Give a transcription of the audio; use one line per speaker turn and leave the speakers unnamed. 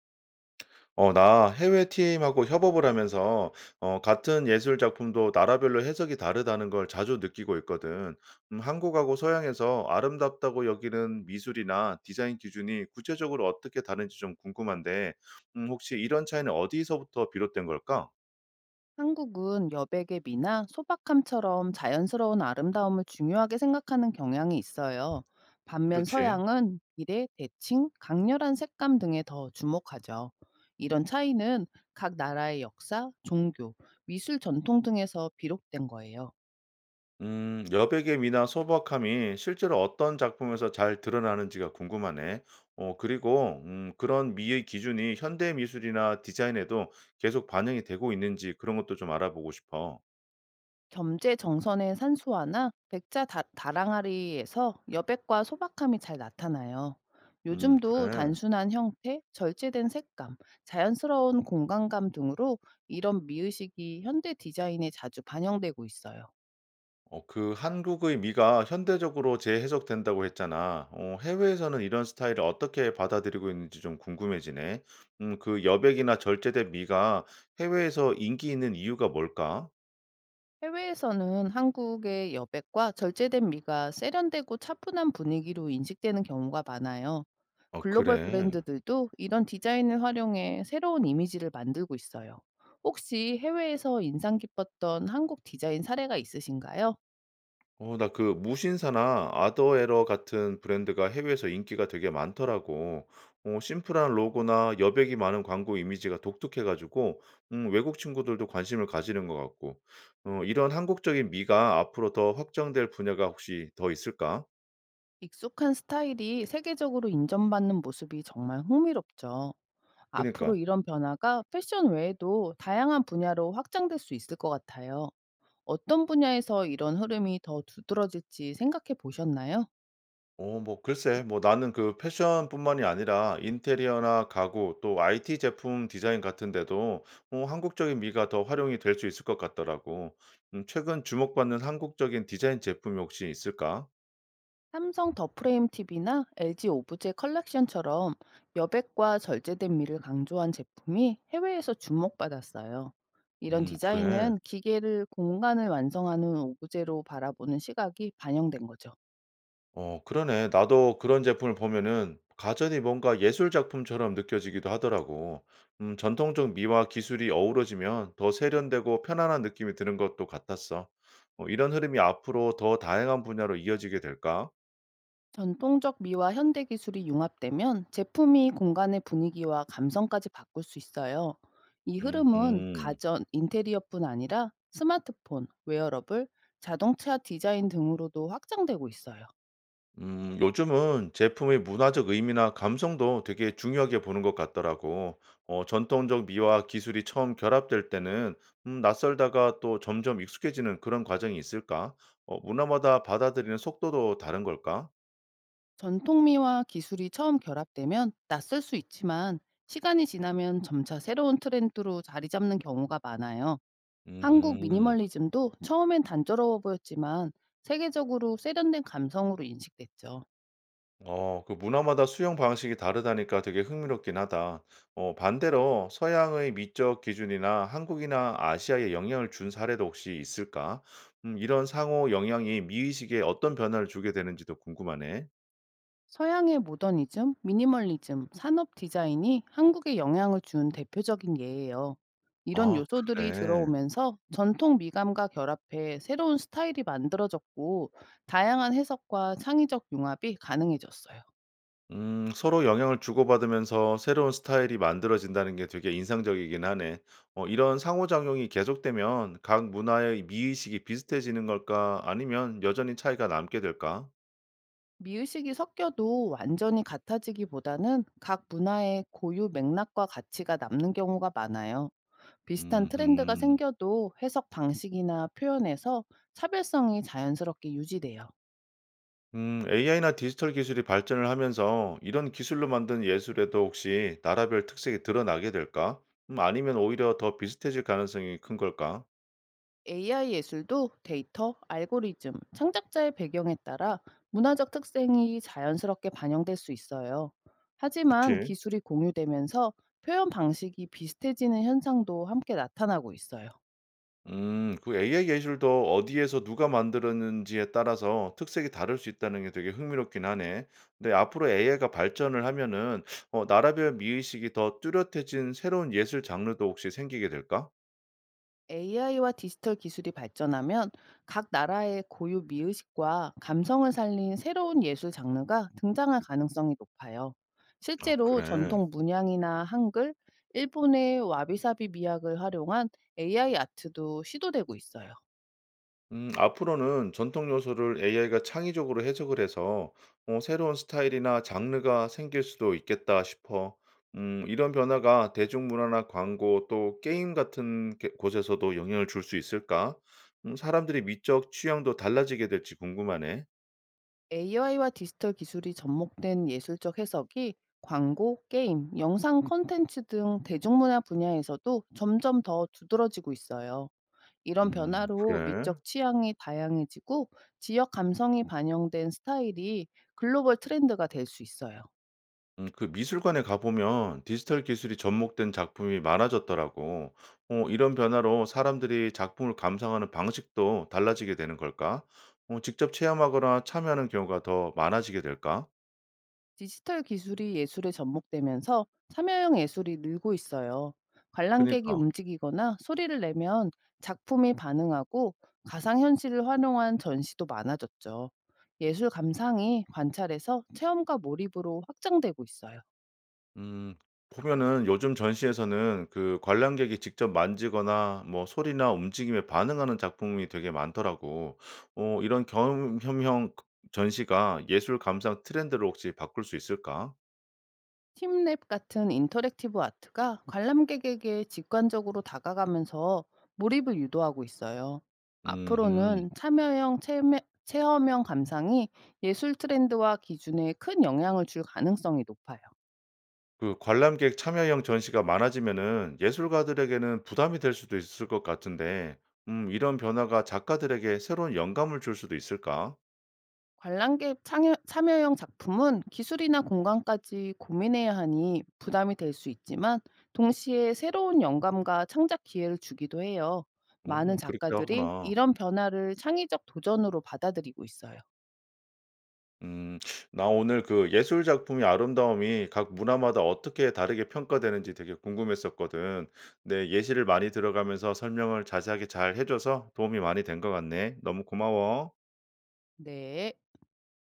나 해외 팀하고 협업을 하면서 같은 예술 작품도 나라별로 해석이 다르다는 걸 자주 느끼고 있거든. 한국하고 서양에서 아름답다고 여기는 미술이나 디자인 기준이 구체적으로 어떻게 다른지 좀 궁금한데, 혹시 이런 차이는 어디서부터 비롯된 걸까?
한국은 여백의 미나 소박함처럼 자연스러운 아름다움을 중요하게 생각하는 경향이 있어요. 반면
그렇지.
서양은 비례, 대칭, 강렬한 색감 등에 더 주목하죠. 이런 차이는 각 나라의 역사, 종교, 미술 전통 등에서 비롯된 거예요.
여백의 미나 소박함이 실제로 어떤 작품에서 잘 드러나는지가 궁금하네. 그리고 그런 미의 기준이 현대 미술이나 디자인에도 계속 반영이 되고 있는지 그런 것도 좀 알아보고 싶어.
겸재 정선의 산수화나 백자 다랑아리에서 여백과 소박함이 잘 나타나요. 요즘도
그래.
단순한 형태, 절제된 색감, 자연스러운 공간감 등으로 이런 미의식이 현대 디자인에 자주 반영되고 있어요.
그 한국의 미가 현대적으로 재해석된다고 했잖아. 해외에서는 이런 스타일을 어떻게 받아들이고 있는지 좀 궁금해지네. 그 여백이나 절제된 미가 해외에서 인기 있는 이유가 뭘까?
해외에서는 한국의 여백과 절제된 미가 세련되고 차분한 분위기로 인식되는 경우가 많아요.
어,
글로벌
그래.
브랜드들도 이런 디자인을 활용해 새로운 이미지를 만들고 있어요. 혹시 해외에서 인상 깊었던 한국 디자인 사례가 있으신가요?
나 그 무신사나 아더에러 같은 브랜드가 해외에서 인기가 되게 많더라고. 심플한 로고나 여백이 많은 광고 이미지가 독특해가지고, 외국 친구들도 관심을 가지는 것 같고, 이런 한국적인 미가 앞으로 더 확장될 분야가 혹시 더 있을까?
익숙한 스타일이 세계적으로 인정받는 모습이 정말 흥미롭죠.
그니까.
앞으로 이런 변화가 패션 외에도 다양한 분야로 확장될 수 있을 것 같아요. 어떤 분야에서 이런 흐름이 더 두드러질지 생각해 보셨나요?
뭐 글쎄 뭐 나는 그 패션뿐만이 아니라 인테리어나 가구 또 IT 제품 디자인 같은 데도 한국적인 미가 더 활용이 될 수 있을 것 같더라고. 최근 주목받는 한국적인 디자인 제품이 혹시 있을까?
삼성 더 프레임 TV나 LG 오브제 컬렉션처럼 여백과 절제된 미를 강조한 제품이 해외에서 주목받았어요. 이런
그래.
디자인은 기계를 공간을 완성하는 오브제로 바라보는 시각이 반영된 거죠.
그러네. 나도 그런 제품을 보면은 가전이 뭔가 예술 작품처럼 느껴지기도 하더라고. 전통적 미와 기술이 어우러지면 더 세련되고 편안한 느낌이 드는 것도 같았어. 이런 흐름이 앞으로 더 다양한 분야로 이어지게 될까?
전통적 미와 현대 기술이 융합되면 제품이 공간의 분위기와 감성까지 바꿀 수 있어요. 이 흐름은
음
가전, 인테리어뿐 아니라 스마트폰, 웨어러블, 자동차 디자인 등으로도 확장되고 있어요.
요즘은 제품의 문화적 의미나 감성도 되게 중요하게 보는 것 같더라고. 전통적 미와 기술이 처음 결합될 때는 낯설다가 또 점점 익숙해지는 그런 과정이 있을까? 문화마다 받아들이는 속도도 다른 걸까?
전통미와 기술이 처음 결합되면 낯설 수 있지만 시간이 지나면 점차 새로운 트렌드로 자리 잡는 경우가 많아요. 한국
음음.
미니멀리즘도 처음엔 단조로워 보였지만 세계적으로 세련된 감성으로 인식됐죠.
그 문화마다 수영 방식이 다르다니까 되게 흥미롭긴 하다. 반대로 서양의 미적 기준이나 한국이나 아시아에 영향을 준 사례도 혹시 있을까? 이런 상호 영향이 미의식에 어떤 변화를 주게 되는지도 궁금하네.
서양의 모더니즘, 미니멀리즘, 산업 디자인이 한국에 영향을 준 대표적인 예예요. 이런
아,
요소들이
그래.
들어오면서 전통 미감과 결합해 새로운 스타일이 만들어졌고 다양한 해석과 창의적 융합이 가능해졌어요.
서로 영향을 주고받으면서 새로운 스타일이 만들어진다는 게 되게 인상적이긴 하네. 이런 상호작용이 계속되면 각 문화의 미의식이 비슷해지는 걸까? 아니면 여전히 차이가 남게 될까?
미의식이 섞여도 완전히 같아지기보다는 각 문화의 고유 맥락과 가치가 남는 경우가 많아요. 비슷한 트렌드가
음.
생겨도 해석 방식이나 표현에서 차별성이 자연스럽게 유지돼요.
AI나 디지털 기술이 발전을 하면서 이런 기술로 만든 예술에도 혹시 나라별 특색이 드러나게 될까? 아니면 오히려 더 비슷해질 가능성이 큰 걸까?
AI 예술도 데이터, 알고리즘, 창작자의 배경에 따라 문화적 특색이 자연스럽게 반영될 수 있어요. 하지만
그치?
기술이 공유되면서 표현 방식이 비슷해지는 현상도 함께 나타나고 있어요.
그 AI 예술도 어디에서 누가 만들었는지에 따라서 특색이 다를 수 있다는 게 되게 흥미롭긴 하네. 근데 앞으로 AI가 발전을 하면은 나라별 미의식이 더 뚜렷해진 새로운 예술 장르도 혹시 생기게 될까?
AI와 디지털 기술이 발전하면 각 나라의 고유 미의식과 감성을 살린 새로운 예술 장르가 등장할 가능성이 높아요.
아,
실제로
그래.
전통 문양이나 한글, 일본의 와비사비 미학을 활용한 AI 아트도 시도되고 있어요.
앞으로는 전통 요소를 AI가 창의적으로 해석을 해서 새로운 스타일이나 장르가 생길 수도 있겠다 싶어. 이런 변화가 대중문화나 광고 또 게임 곳에서도 영향을 줄 수 있을까? 사람들이 미적 취향도 달라지게 될지 궁금하네.
AI와 디지털 기술이 접목된 예술적 해석이 광고, 게임, 영상 콘텐츠 등 대중문화 분야에서도 점점 더 두드러지고 있어요. 이런 변화로
그래.
미적 취향이 다양해지고 지역 감성이 반영된 스타일이 글로벌 트렌드가 될 수 있어요.
그 미술관에 가 보면 디지털 기술이 접목된 작품이 많아졌더라고. 이런 변화로 사람들이 작품을 감상하는 방식도 달라지게 되는 걸까? 직접 체험하거나 참여하는 경우가 더 많아지게 될까?
디지털 기술이 예술에 접목되면서 참여형 예술이 늘고 있어요. 관람객이
그니까.
움직이거나 소리를 내면 작품이 반응하고 가상현실을 활용한 전시도 많아졌죠. 예술 감상이 관찰에서 체험과 몰입으로 확장되고 있어요.
음. 보면은 요즘 전시에서는 그 관람객이 직접 만지거나 뭐 소리나 움직임에 반응하는 작품이 되게 많더라고. 이런 경험형 전시가 예술 감상 트렌드를 혹시 바꿀 수 있을까?
팀랩 같은 인터랙티브 아트가 관람객에게 직관적으로 다가가면서 몰입을 유도하고 있어요.
음
앞으로는 참여형 체험형 감상이 예술 트렌드와 기준에 큰 영향을 줄 가능성이 높아요.
그 관람객 참여형 전시가 많아지면은 예술가들에게는 부담이 될 수도 있을 것 같은데, 이런 변화가 작가들에게 새로운 영감을 줄 수도 있을까?
관람객 참여형 작품은 기술이나 공간까지 고민해야 하니 부담이 될 수 있지만 동시에 새로운 영감과 창작 기회를 주기도 해요. 많은
어, 그렇게
작가들이
하구나.
이런 변화를 창의적 도전으로 받아들이고 있어요.
음, 나 오늘 그 예술 작품의 아름다움이 각 문화마다 어떻게 다르게 평가되는지 되게 궁금했었거든. 내 예시를 많이 들어가면서 설명을 자세하게 잘 해줘서 도움이 많이 된 것 같네. 너무 고마워.
네.